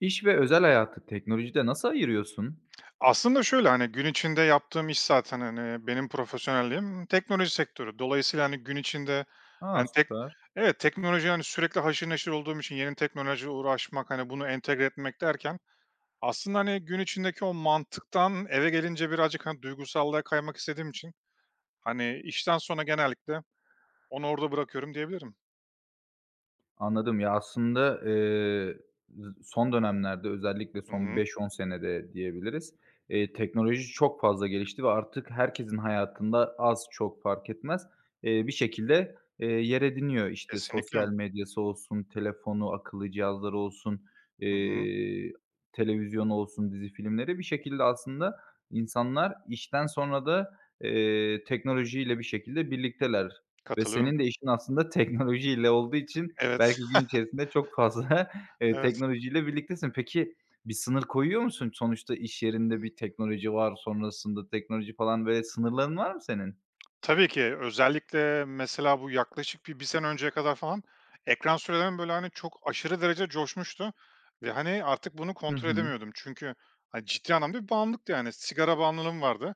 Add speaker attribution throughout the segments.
Speaker 1: İş ve özel hayatı teknolojide nasıl ayırıyorsun?
Speaker 2: Aslında şöyle, hani, gün içinde yaptığım iş zaten, hani, benim profesyonelliğim teknoloji sektörü. Dolayısıyla, hani, gün içinde,
Speaker 1: Aa
Speaker 2: hani, tek.
Speaker 1: süper.
Speaker 2: Evet, teknoloji, hani, sürekli haşır neşir olduğum için yeni teknolojiyle uğraşmak, hani, bunu entegre etmek derken aslında, hani, gün içindeki o mantıktan eve gelince birazcık, hani, duygusallığa kaymak istediğim için, hani, işten sonra genellikle onu orada bırakıyorum diyebilirim.
Speaker 1: Anladım. Ya, aslında, son dönemlerde özellikle
Speaker 2: Hı
Speaker 1: son
Speaker 2: hı.
Speaker 1: 5-10 senede diyebiliriz, teknoloji çok fazla gelişti ve artık herkesin hayatında az çok fark etmez, bir şekilde, yer ediniyor. İşte,
Speaker 2: Kesinlikle.
Speaker 1: sosyal medyası olsun, telefonu, akıllı cihazları olsun,
Speaker 2: Hı hı.
Speaker 1: eee, televizyonu olsun, dizi filmleri. Bir şekilde aslında insanlar işten sonra da, teknolojiyle bir şekilde birlikteler ve
Speaker 2: Katılıyorum.
Speaker 1: senin de işin aslında teknolojiyle olduğu için
Speaker 2: Evet,
Speaker 1: belki gün içerisinde çok fazla,
Speaker 2: evet.
Speaker 1: teknolojiyle birliktesin. Peki bir sınır koyuyor musun? Sonuçta iş yerinde bir teknoloji var, sonrasında teknoloji falan, böyle, sınırların var mı senin?
Speaker 2: Tabii ki. Özellikle mesela bu yaklaşık bir sene önceye kadar falan ekran sürelerim, böyle, hani, çok aşırı derece coşmuştu ve, hani, artık bunu
Speaker 1: Hı
Speaker 2: kontrol
Speaker 1: hı.
Speaker 2: edemiyordum. Çünkü, hani, ciddi anlamda bir bağımlılıktı, yani. Sigara bağımlılığım vardı.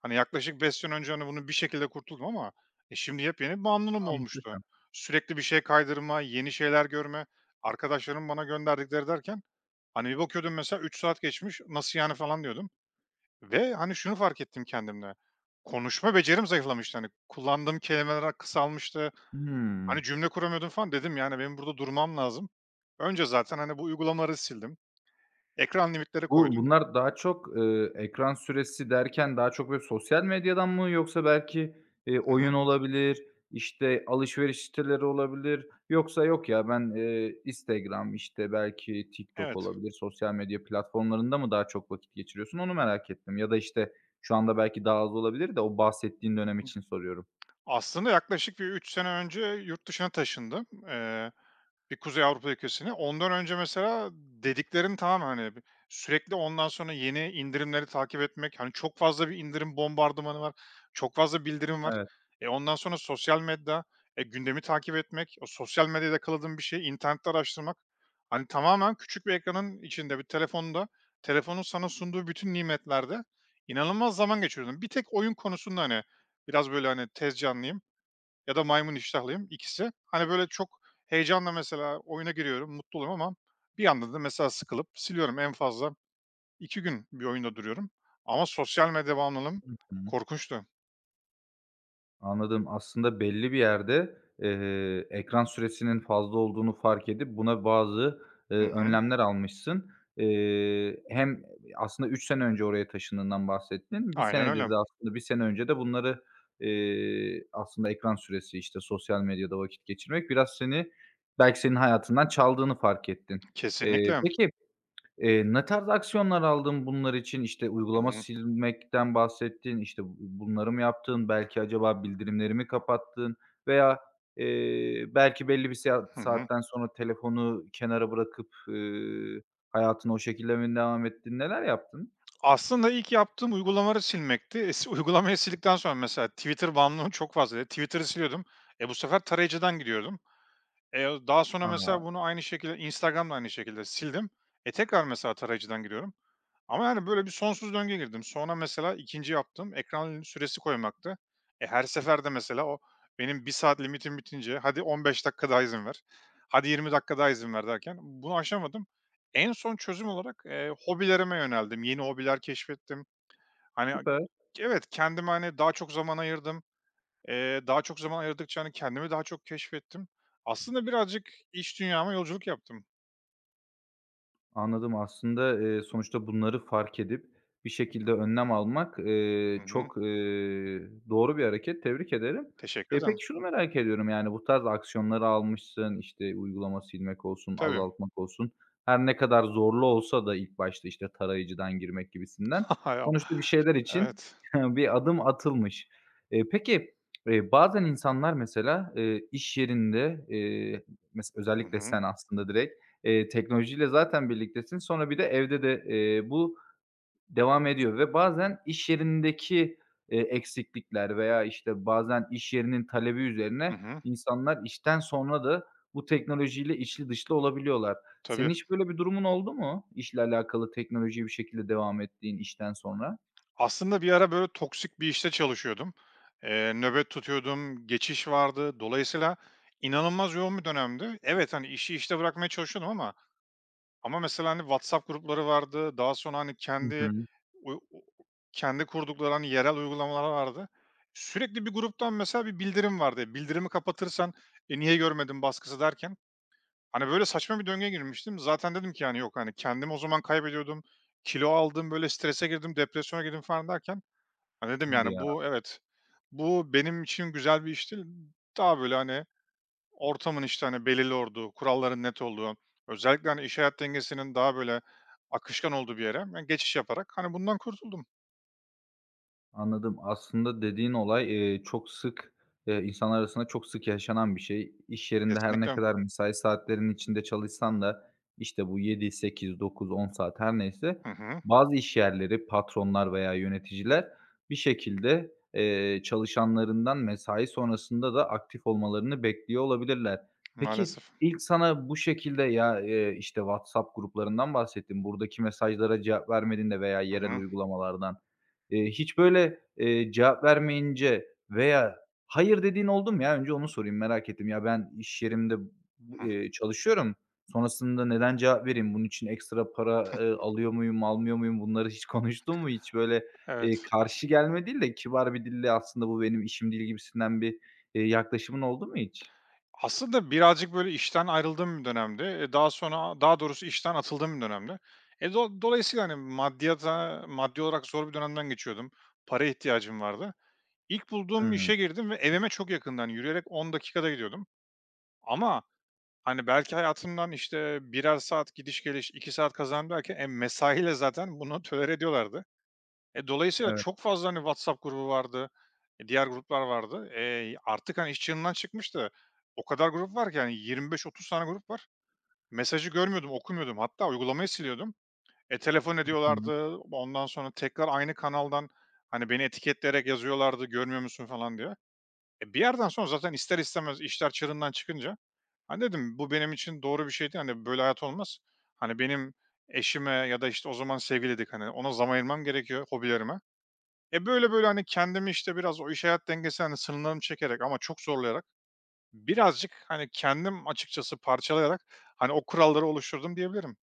Speaker 2: Hani, yaklaşık 5 sene önce, hani, bunun bir şekilde kurtuldum ama, şimdi yepyeni bir bağımlılığım
Speaker 1: A,
Speaker 2: olmuştu.
Speaker 1: muhteşem.
Speaker 2: Sürekli bir şey kaydırma, yeni şeyler görme, arkadaşlarımın bana gönderdikleri derken, hani, bir bakıyordum mesela 3 saat geçmiş, "Nasıl yani?" falan diyordum. Ve, hani, şunu fark ettim kendimde, konuşma becerim zayıflamıştı. Hani, kullandığım kelimeler kısalmıştı.
Speaker 1: Hıı.
Speaker 2: Hani, cümle kuramıyordum falan. Dedim, yani, benim burada durmam lazım. Önce zaten, hani, bu uygulamaları sildim. Ekran limitleri
Speaker 1: Bu
Speaker 2: koydum.
Speaker 1: bunlar daha çok, ekran süresi derken daha çok böyle sosyal medyadan mı yoksa belki,
Speaker 2: Hı
Speaker 1: oyun
Speaker 2: hı.
Speaker 1: olabilir, işte, alışveriş siteleri olabilir yoksa yok ya ben, Instagram, işte, belki TikTok
Speaker 2: Evet.
Speaker 1: olabilir, sosyal medya platformlarında mı daha çok vakit geçiriyorsun onu merak ettim. Ya da, işte, şu anda belki daha az olabilir de o bahsettiğin dönem için soruyorum.
Speaker 2: Aslında yaklaşık bir 3 sene önce yurt dışına taşındım. Bir Kuzey Avrupa ülkesini. Ondan önce mesela dediklerin tamam, hani, sürekli ondan sonra yeni indirimleri takip etmek, hani, çok fazla bir indirim bombardımanı var, çok fazla bildirim var.
Speaker 1: Evet.
Speaker 2: Ondan sonra sosyal medya, gündemi takip etmek, o sosyal medyada yakaladığın bir şeyi internette araştırmak. Hani, tamamen küçük bir ekranın içinde, bir telefonda, telefonun sana sunduğu bütün nimetlerde inanılmaz zaman geçiriyordum. Bir tek oyun konusunda, hani, biraz böyle, hani, tez canlıyım ya da maymun iştahlıyım, ikisi. Hani, böyle, çok heyecanla mesela oyuna giriyorum, mutlu oluyorum ama bir yandan da mesela sıkılıp siliyorum. En fazla 2 gün bir oyunda duruyorum ama sosyal medya bağımlılığım
Speaker 1: Hı hı.
Speaker 2: korkunçtu.
Speaker 1: Anladım. Aslında belli bir yerde, ekran süresinin fazla olduğunu fark edip buna bazı,
Speaker 2: Hı hı.
Speaker 1: önlemler almışsın. Hem aslında 3 sene önce oraya taşındığından bahsettin. Bir
Speaker 2: Aynen
Speaker 1: senedir
Speaker 2: öyle.
Speaker 1: de aslında bir sene önce de bunları, aslında ekran süresi, işte, sosyal medyada vakit geçirmek biraz seni belki senin hayatından çaldığını fark ettin. Eee,
Speaker 2: Kesinlikle.
Speaker 1: peki Eee, ne tarz aksiyonlar aldın bunlar için? İşte,
Speaker 2: Hı
Speaker 1: uygulama
Speaker 2: hı.
Speaker 1: silmekten bahsettin, işte, bunları mı yaptın? Belki acaba bildirimleri mi kapattın veya, belki belli bir
Speaker 2: Hı hı.
Speaker 1: saatten sonra telefonu kenara bırakıp, hayatına o şekilde mi devam ettin? Neler yaptın?
Speaker 2: Aslında ilk yaptığım uygulamaları silmekti. E, si Uygulamayı sildikten sonra mesela Twitter bağımlılığım çok fazlaydı. Twitter'ı siliyordum. Bu sefer tarayıcıdan gidiyordum. E, Daha sonra
Speaker 1: A,
Speaker 2: mesela bunu aynı şekilde Instagram'da aynı şekilde sildim. Tekrar mesela tarayıcıdan giriyorum. Ama, yani, böyle bir sonsuz döngüye girdim. Sonra mesela ikinci yaptığım ekran süresi koymaktı. Her seferde mesela o benim bir saat limitim bitince hadi 15 dakika daha izin ver, hadi 20 dakika daha izin ver derken bunu aşamadım. En son çözüm olarak, hobilerime yöneldim. Yeni hobiler keşfettim. Hani,
Speaker 1: süper.
Speaker 2: evet, kendime, hani, daha çok zaman ayırdım. Daha çok zaman ayırdıkça, hani, kendimi daha çok keşfettim. Aslında birazcık iç dünyama yolculuk yaptım.
Speaker 1: Anladım. Aslında, sonuçta bunları fark edip bir şekilde önlem almak,
Speaker 2: Hı hı.
Speaker 1: çok, doğru bir hareket. Tebrik ederim.
Speaker 2: Teşekkür ederim.
Speaker 1: Peki şunu merak ediyorum, yani, bu tarz aksiyonları almışsın, işte, uygulama silmek olsun,
Speaker 2: Tabii.
Speaker 1: azaltmak olsun. Her ne kadar zorlu olsa da ilk başta, işte, tarayıcıdan girmek gibisinden sonuçta bir şeyler için
Speaker 2: Evet.
Speaker 1: bir adım atılmış. Peki, bazen insanlar mesela, iş yerinde, mes
Speaker 2: Hı
Speaker 1: özellikle
Speaker 2: hı.
Speaker 1: sen aslında direkt, teknolojiyle zaten birliktesin. Sonra bir de evde de, bu devam ediyor ve bazen iş yerindeki, eksiklikler veya, işte, bazen iş yerinin talebi
Speaker 2: Hı
Speaker 1: üzerine
Speaker 2: hı.
Speaker 1: insanlar işten sonra da bu teknolojiyle içli dışlı olabiliyorlar.
Speaker 2: Tabii.
Speaker 1: Senin hiç böyle bir durumun oldu mu? İşle alakalı teknolojiye bir şekilde devam ettiğin işten sonra?
Speaker 2: Aslında bir ara böyle toksik bir işte çalışıyordum. Nöbet tutuyordum, geçiş vardı. Dolayısıyla inanılmaz yoğun bir dönemdi. Evet, hani, işi işte bırakmaya çalışıyordum ama mesela, hani, WhatsApp grupları vardı. Daha sonra, hani,
Speaker 1: Hı
Speaker 2: kendi
Speaker 1: hı.
Speaker 2: u u kendi kurdukları, hani, yerel uygulamalar vardı. Sürekli bir gruptan mesela bir bildirim vardı. Bildirimi kapatırsan, niye görmedim baskısı derken, hani, böyle saçma bir döngüye girmiştim. Zaten dedim ki, yani, yok, hani, kendimi o zaman kaybediyordum. Kilo aldım, böyle strese girdim, depresyona girdim falan derken ha, dedim,
Speaker 1: Hadi
Speaker 2: yani,
Speaker 1: ya.
Speaker 2: bu evet, bu benim için güzel bir iş değil. Daha böyle, hani, ortamın, işte, hani, belirli olduğu, kuralların net olduğu, özellikle, hani, iş hayat dengesinin daha böyle akışkan olduğu bir yere ben geçiş yaparak, hani, bundan kurtuldum.
Speaker 1: Anladım. Aslında dediğin olay, çok sık, insanlar arasında çok sık yaşanan bir şey. İş yerinde her ne
Speaker 2: Kesinlikle.
Speaker 1: kadar mesai saatlerinin içinde çalışsan da, işte, bu 7, 8, 9, 10 saat her neyse,
Speaker 2: Hı hı.
Speaker 1: bazı iş yerleri, patronlar veya yöneticiler bir şekilde, çalışanlarından mesai sonrasında da aktif olmalarını bekliyor olabilirler. Peki,
Speaker 2: Maalesef.
Speaker 1: ilk sana bu şekilde ya, işte, WhatsApp gruplarından bahsettim buradaki mesajlara cevap vermediğinde veya
Speaker 2: Hı
Speaker 1: yerel
Speaker 2: hı.
Speaker 1: uygulamalardan. Hiç böyle, cevap vermeyince veya hayır dediğin oldu mu ya? Önce onu sorayım, merak ettim. Ya, ben iş yerimde, bu
Speaker 2: Hıh.
Speaker 1: çalışıyorum. Sonrasında neden cevap vereyim? Bunun için ekstra para, alıyor muyum, almıyor muyum? Bunları hiç konuştun mu? Hiç böyle,
Speaker 2: Evet.
Speaker 1: karşı gelme değil de kibar bir dille aslında bu benim işim değil gibisinden bir, yaklaşımın oldu mu hiç?
Speaker 2: Aslında birazcık böyle işten ayrıldığım bir dönemde, daha sonra daha doğrusu işten atıldığım bir dönemde E, do dolayısıyla, hani, maddi olarak zor bir dönemden geçiyordum. Para ihtiyacım vardı. İlk bulduğum
Speaker 1: Hımm.
Speaker 2: işe girdim ve evime çok yakındı, hani, yürüyerek 10 dakikada gidiyordum ama, hani, belki hayatımdan, işte, birer saat gidiş geliş 2 saat kazandım derken, mesaiyle zaten bunu tolere ediyorlardı. Dolayısıyla
Speaker 1: Evet.
Speaker 2: çok fazla, hani, WhatsApp grubu vardı, diğer gruplar vardı. Artık, hani, iş çığırından çıkmıştı. O kadar grup var ki, hani, 25-30 tane grup var. Mesajı görmüyordum, okumuyordum. Hatta uygulamayı siliyordum. Telefon
Speaker 1: Hı hı.
Speaker 2: ediyorlardı. Ondan sonra tekrar aynı kanaldan, hani, beni etiketleyerek yazıyorlardı, "Görmüyor musun?" falan diye. Bir yerden sonra zaten ister istemez işler çığırından çıkınca, hani, dedim bu benim için doğru bir şeydi. Hani, böyle hayat olmaz. Hani, benim eşime ya da, işte, o zaman sevgiliydik, hani, ona zaman ayırmam gerekiyor, hobilerime. Böyle böyle, hani, kendimi, işte, biraz o iş hayat dengesi, hani, sınırlarımı çekerek ama çok zorlayarak birazcık, hani, kendim açıkçası parçalayarak, hani, o kuralları oluşturdum diyebilirim.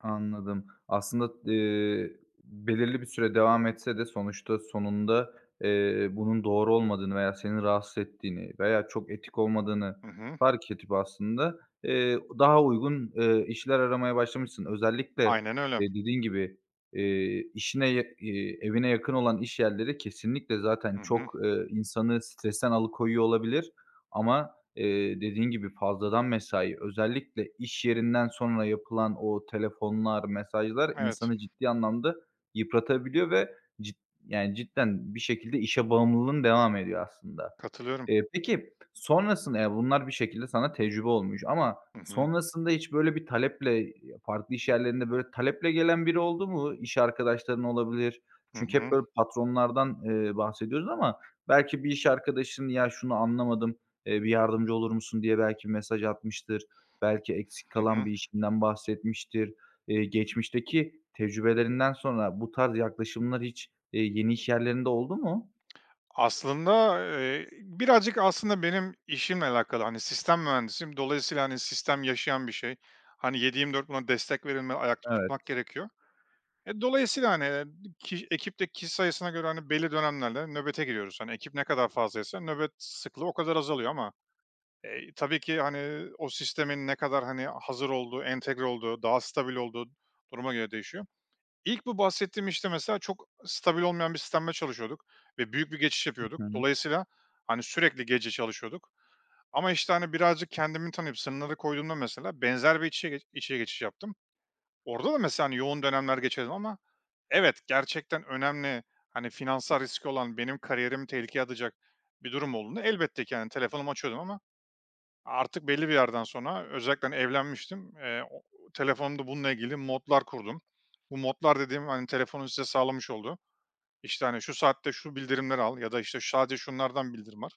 Speaker 1: Anladım. Aslında, belirli bir süre devam etse de sonuçta sonunda, bunun doğru olmadığını veya seni rahatsız ettiğini veya çok etik olmadığını
Speaker 2: Hı hı.
Speaker 1: fark edip aslında, daha uygun, işler aramaya başlamışsın. Özellikle,
Speaker 2: Aynen öyle.
Speaker 1: dediğin gibi, işine evine yakın olan iş yerleri kesinlikle zaten
Speaker 2: Hı hı.
Speaker 1: çok, insanı stresten alıkoyuyor olabilir ama dediğin gibi fazladan mesai, özellikle iş yerinden sonra yapılan o telefonlar, mesajlar
Speaker 2: Evet,
Speaker 1: insanı ciddi anlamda yıpratabiliyor ve cid yani cidden bir şekilde işe bağımlılığın devam ediyor aslında.
Speaker 2: katılıyorum.
Speaker 1: Peki sonrasında ya, bunlar bir şekilde sana tecrübe olmuş ama
Speaker 2: Hı hı.
Speaker 1: sonrasında hiç böyle bir taleple, farklı iş yerlerinde böyle taleple gelen biri oldu mu? İş arkadaşların olabilir.
Speaker 2: Hı
Speaker 1: Çünkü
Speaker 2: hı.
Speaker 1: hep böyle patronlardan, bahsediyoruz ama belki bir iş arkadaşın, "Ya, şunu anlamadım, bir yardımcı olur musun?" diye belki mesaj atmıştır. Belki eksik
Speaker 2: Hı
Speaker 1: kalan
Speaker 2: hı.
Speaker 1: bir işinden bahsetmiştir. Geçmişteki tecrübelerinden sonra bu tarz yaklaşımlar hiç, yeni iş yerlerinde oldu mu?
Speaker 2: Aslında, birazcık aslında benim işimle alakalı. Hani, sistem mühendisiyim. Dolayısıyla, hani, sistem yaşayan bir şey. Hani, 7/24 buna destek verilmeli, ayakta tutmak
Speaker 1: Evet.
Speaker 2: gerekiyor. Dolayısıyla, hani, ki ekipteki kişi sayısına göre, hani, belli dönemlerde nöbete giriyoruz. Hani, ekip ne kadar fazlaysa nöbet sıklığı o kadar azalıyor ama, tabii ki, hani, o sistemin ne kadar, hani, hazır olduğu, entegre olduğu, daha stabil olduğu duruma göre değişiyor. İlk bu bahsettiğim işte mesela çok stabil olmayan bir sistemle çalışıyorduk ve büyük bir geçiş yapıyorduk.
Speaker 1: Hı hı.
Speaker 2: Dolayısıyla, hani, sürekli gece çalışıyorduk ama, işte, hani, birazcık kendimi tanıyıp sınırları koyduğumda mesela benzer bir içe geç işe geçiş yaptım. Orada da mesela, hani, yoğun dönemler geçirdim ama evet, gerçekten önemli, hani, finansal riski olan, benim kariyerimi tehlikeye atacak bir durum olduğunda elbette ki, yani, telefonumu açıyordum ama artık belli bir yerden sonra özellikle, hani, evlenmiştim. O telefonumda bununla ilgili modlar kurdum. Bu modlar dediğim, hani, telefonun size sağlamış olduğu, işte, hani, şu saatte şu bildirimleri al ya da, işte, sadece şunlardan bildirim var.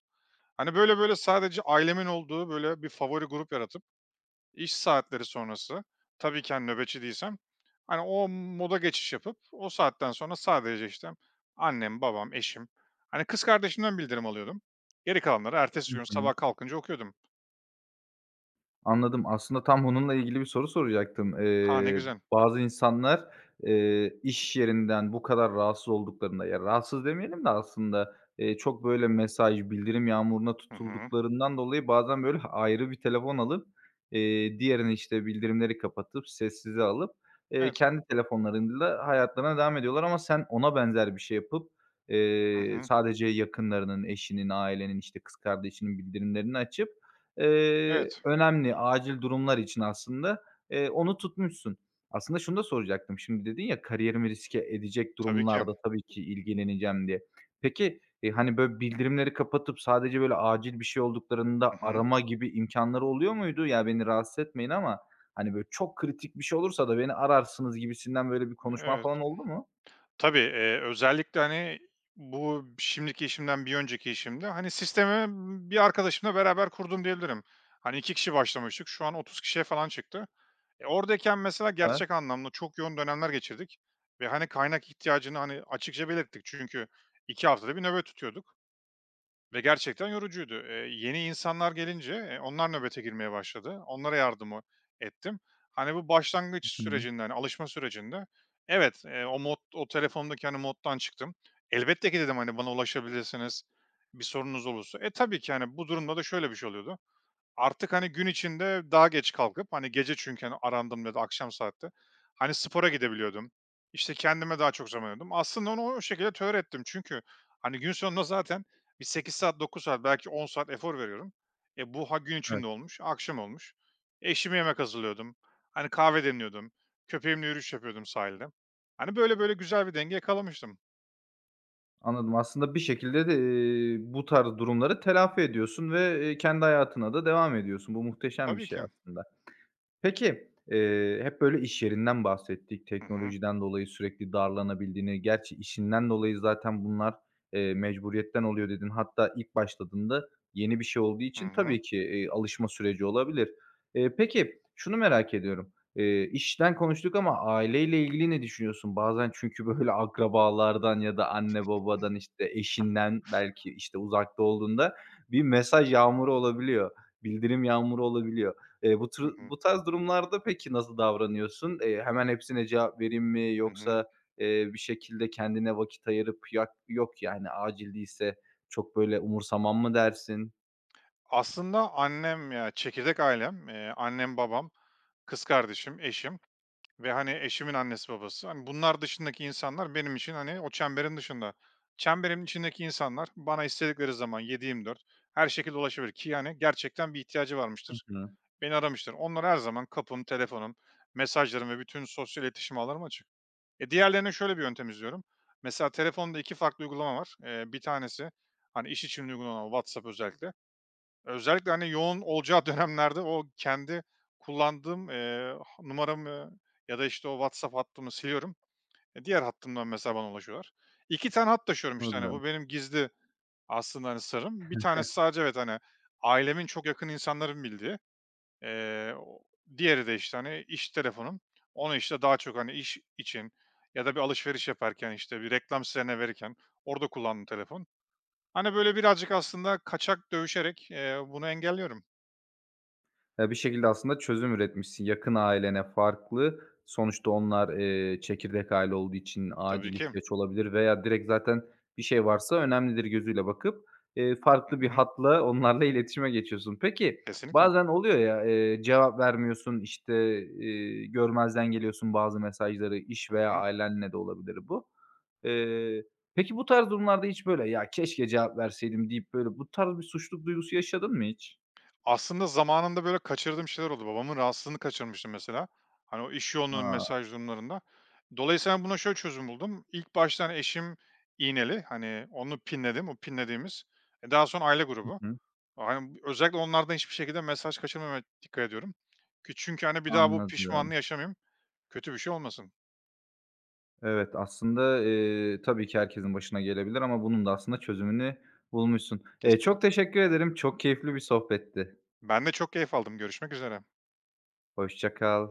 Speaker 2: Hani, böyle böyle sadece ailemin olduğu, böyle, bir favori grup yaratıp iş saatleri sonrası, tabii ki, hani, nöbetçi değilsem, hani, o moda geçiş yapıp o saatten sonra sadece, işte, annem, babam, eşim, hani, kız kardeşimden bildirim alıyordum. Geri kalanları ertesi
Speaker 1: Hı
Speaker 2: gün
Speaker 1: hı.
Speaker 2: sabah kalkınca okuyordum.
Speaker 1: Anladım. Aslında tam bununla ilgili bir soru soracaktım.
Speaker 2: Ha, ne güzel.
Speaker 1: Bazı insanlar, iş yerinden bu kadar rahatsız olduklarında, ya, rahatsız demeyelim de aslında, çok böyle mesaj, bildirim yağmuruna
Speaker 2: Hı hı.
Speaker 1: tutulduklarından dolayı bazen böyle ayrı bir telefon alıp, diğerini, işte, bildirimleri kapatıp sessize alıp,
Speaker 2: Evet.
Speaker 1: kendi telefonlarıyla hayatlarına devam ediyorlar ama sen ona benzer bir şey yapıp,
Speaker 2: Hı hı.
Speaker 1: sadece yakınlarının, eşinin, ailenin, işte, kız kardeşinin bildirimlerini açıp,
Speaker 2: Evet,
Speaker 1: önemli acil durumlar için aslında, onu tutmuşsun. Aslında şunu da soracaktım, şimdi dedin ya, "Kariyerimi riske edecek
Speaker 2: tabii ki.
Speaker 1: durumlarda tabii ki ilgileneceğim." diye. Peki, hani, böyle bildirimleri kapatıp sadece böyle acil bir şey olduklarında
Speaker 2: Hı hı.
Speaker 1: arama gibi imkânları oluyor muydu? "Ya, beni rahatsız etmeyin ama, hani, böyle çok kritik bir şey olursa da beni ararsınız." gibisinden böyle bir konuşman
Speaker 2: Evet.
Speaker 1: falan oldu mu?
Speaker 2: Tabii, özellikle, hani, bu şimdiki işimden bir önceki işimde, hani, sistemi bir arkadaşımla beraber kurdum diyebilirim. Hani, 2 kişi başlamıştık, şu an 30 kişiye falan çıktı. Oradayken mesela
Speaker 1: Süper.
Speaker 2: gerçek anlamda çok yoğun dönemler geçirdik ve, hani, kaynak ihtiyacını, hani, açıkça belirttik. Çünkü 2 haftada bir nöbet tutuyorduk. Ve gerçekten yorucuydu. Yeni insanlar gelince, onlar nöbete girmeye başladı. Onlara yardım ettim. Hani, bu başlangıç
Speaker 1: Hı hı.
Speaker 2: sürecinde, hani, alışma sürecinde evet, o mod, o telefondaki, hani, moddan çıktım. "Elbette ki," dedim, "hani, bana ulaşabilirsiniz, bir sorunuz olursa." Tabii ki, hani, bu durumda da şöyle bir şey oluyordu. Artık, hani, gün içinde daha geç kalkıp, hani, gece, çünkü, hani, arandığımda ya da akşam saatte, hani, spora gidebiliyordum. İşte, kendime daha çok zaman ayırıyordum. Aslında onu o şekilde tolere ettim. Çünkü, hani, gün sonunda zaten bir 8 saat, 9 saat, belki 10 saat efor veriyorum. Bu ha gün
Speaker 1: Evet.
Speaker 2: içinde olmuş, akşam olmuş. Eşime yemek hazırlıyordum. Hani, kahve demliyordum. Köpeğimle yürüyüş yapıyordum sahilde. Hani, böyle böyle güzel bir denge yakalamıştım.
Speaker 1: Anladım. Aslında bir şekilde de, bu tarz durumları telafi ediyorsun ve, kendi hayatına da devam ediyorsun. Bu muhteşem bir
Speaker 2: Tabii
Speaker 1: şey
Speaker 2: ki.
Speaker 1: aslında. Peki, hep böyle iş yerinden bahsettik.
Speaker 2: Hı hı.
Speaker 1: Teknolojiden dolayı sürekli darlanabildiğini, gerçi işinden dolayı zaten bunlar, mecburiyetten oluyor dedin. Hatta ilk başladığında yeni bir şey olduğu
Speaker 2: Hı
Speaker 1: için
Speaker 2: hı.
Speaker 1: tabii ki, alışma süreci olabilir. Peki, şunu merak ediyorum. İşten konuştuk ama aileyle ilgili ne düşünüyorsun? Bazen çünkü böyle akrabalardan ya da anne babadan, işte, eşinden belki, işte, uzakta olduğunda bir mesaj yağmuru olabiliyor, bildirim yağmuru olabiliyor.
Speaker 2: Hı hı.
Speaker 1: Bu tarz durumlarda peki nasıl davranıyorsun? Hemen hepsine cevap vereyim mi
Speaker 2: Hı hı.
Speaker 1: yoksa, bir şekilde kendine vakit ayırıp yok yani acil değilse çok böyle umursamam mı dersin?
Speaker 2: Aslında annem, ya, çekirdek ailem, annem, babam, kız kardeşim, eşim ve, hani, eşimin annesi babası. Hani, bunlar dışındaki insanlar benim için, hani, o çemberin dışında. Çemberin içindeki insanlar bana istedikleri zaman 7 dört her şekilde ulaşabilir ki, yani, gerçekten bir ihtiyacı
Speaker 1: Hı
Speaker 2: varmıştır.
Speaker 1: hı.
Speaker 2: Beni aramıştır. Onlara her zaman kapım, telefonum, mesajlarım ve bütün sosyal iletişim ağlarım açık. Diğerlerine şöyle bir yöntem izliyorum. Mesela telefonda 2 farklı uygulama var. Bir tanesi, hani, iş için uygulama, WhatsApp özellikle. Özellikle, hani, yoğun olacağı dönemlerde o kendi kullandığım, numaramı ya da, işte, o WhatsApp hattımı siliyorum. Diğer hattımdan mesela bana ulaşıyorlar. 2 tane hat taşıyorum, işte, hani,
Speaker 1: Anladım.
Speaker 2: bu benim gizli aslında, hani, sırrım. Bir tanesi sadece evet, hani, ailemin, çok yakın insanların bildiği. O Diğeri de, işte, hani, iş telefonum. Onu, işte, daha çok, hani, iş için ya da bir alışveriş yaparken, işte, bir reklam sitelerine verirken orada kullandığım telefon. Hani, böyle birazcık aslında kaçak dövüşerek, bunu engelliyorum.
Speaker 1: Bir şekilde aslında çözüm üretmişsin. Yakın ailene farklı, sonuçta onlar, çekirdek aile olduğu için
Speaker 2: Tabii
Speaker 1: acil
Speaker 2: ki.
Speaker 1: ihtiyaç olabilir veya direkt zaten bir şey varsa önemlidir gözüyle bakıp,
Speaker 2: Hı
Speaker 1: farklı bir
Speaker 2: hı.
Speaker 1: hatla onlarla iletişime geçiyorsun. Peki,
Speaker 2: Kesinlikle. Hı
Speaker 1: bazen oluyor ya, cevap vermiyorsun, işte, görmezden geliyorsun bazı mesajları, iş veya
Speaker 2: hı.
Speaker 1: ailenle de olabilir bu. Eee, peki bu tarz durumlarda hiç böyle, "Ya, keşke cevap verseydim." deyip böyle bu tarz bir suçluluk duygusu yaşadın mı hiç?
Speaker 2: Aslında zamanında, böyle, kaçırdığım şeyler oldu. Babamın rahatsızlığını kaçırmıştım mesela. Hani, o iş yoğunluğunun
Speaker 1: A!
Speaker 2: mesaj durumlarında. Dolayısıyla ben buna şöyle çözüm buldum. İlk baştan eşim iğneli, hani, onu pinledim, o pinlediğimiz. Daha sonra aile
Speaker 1: Hı
Speaker 2: grubu.
Speaker 1: hı.
Speaker 2: Hani, özellikle onlardan hiçbir şekilde mesaj kaçırmamaya dikkat ediyorum. Çünkü, hani, bir daha bu
Speaker 1: Anladım.
Speaker 2: pişmanlığı yaşamayayım. Kötü bir şey olmasın.
Speaker 1: Evet, aslında, tabii ki herkesin başına gelebilir ama bunun da aslında çözümünü bulmuşsun.
Speaker 2: Kesinlikle.
Speaker 1: Çok teşekkür ederim. Çok keyifli bir sohbetti.
Speaker 2: Ben de çok keyif aldım. Görüşmek üzere.
Speaker 1: Hoşça kal.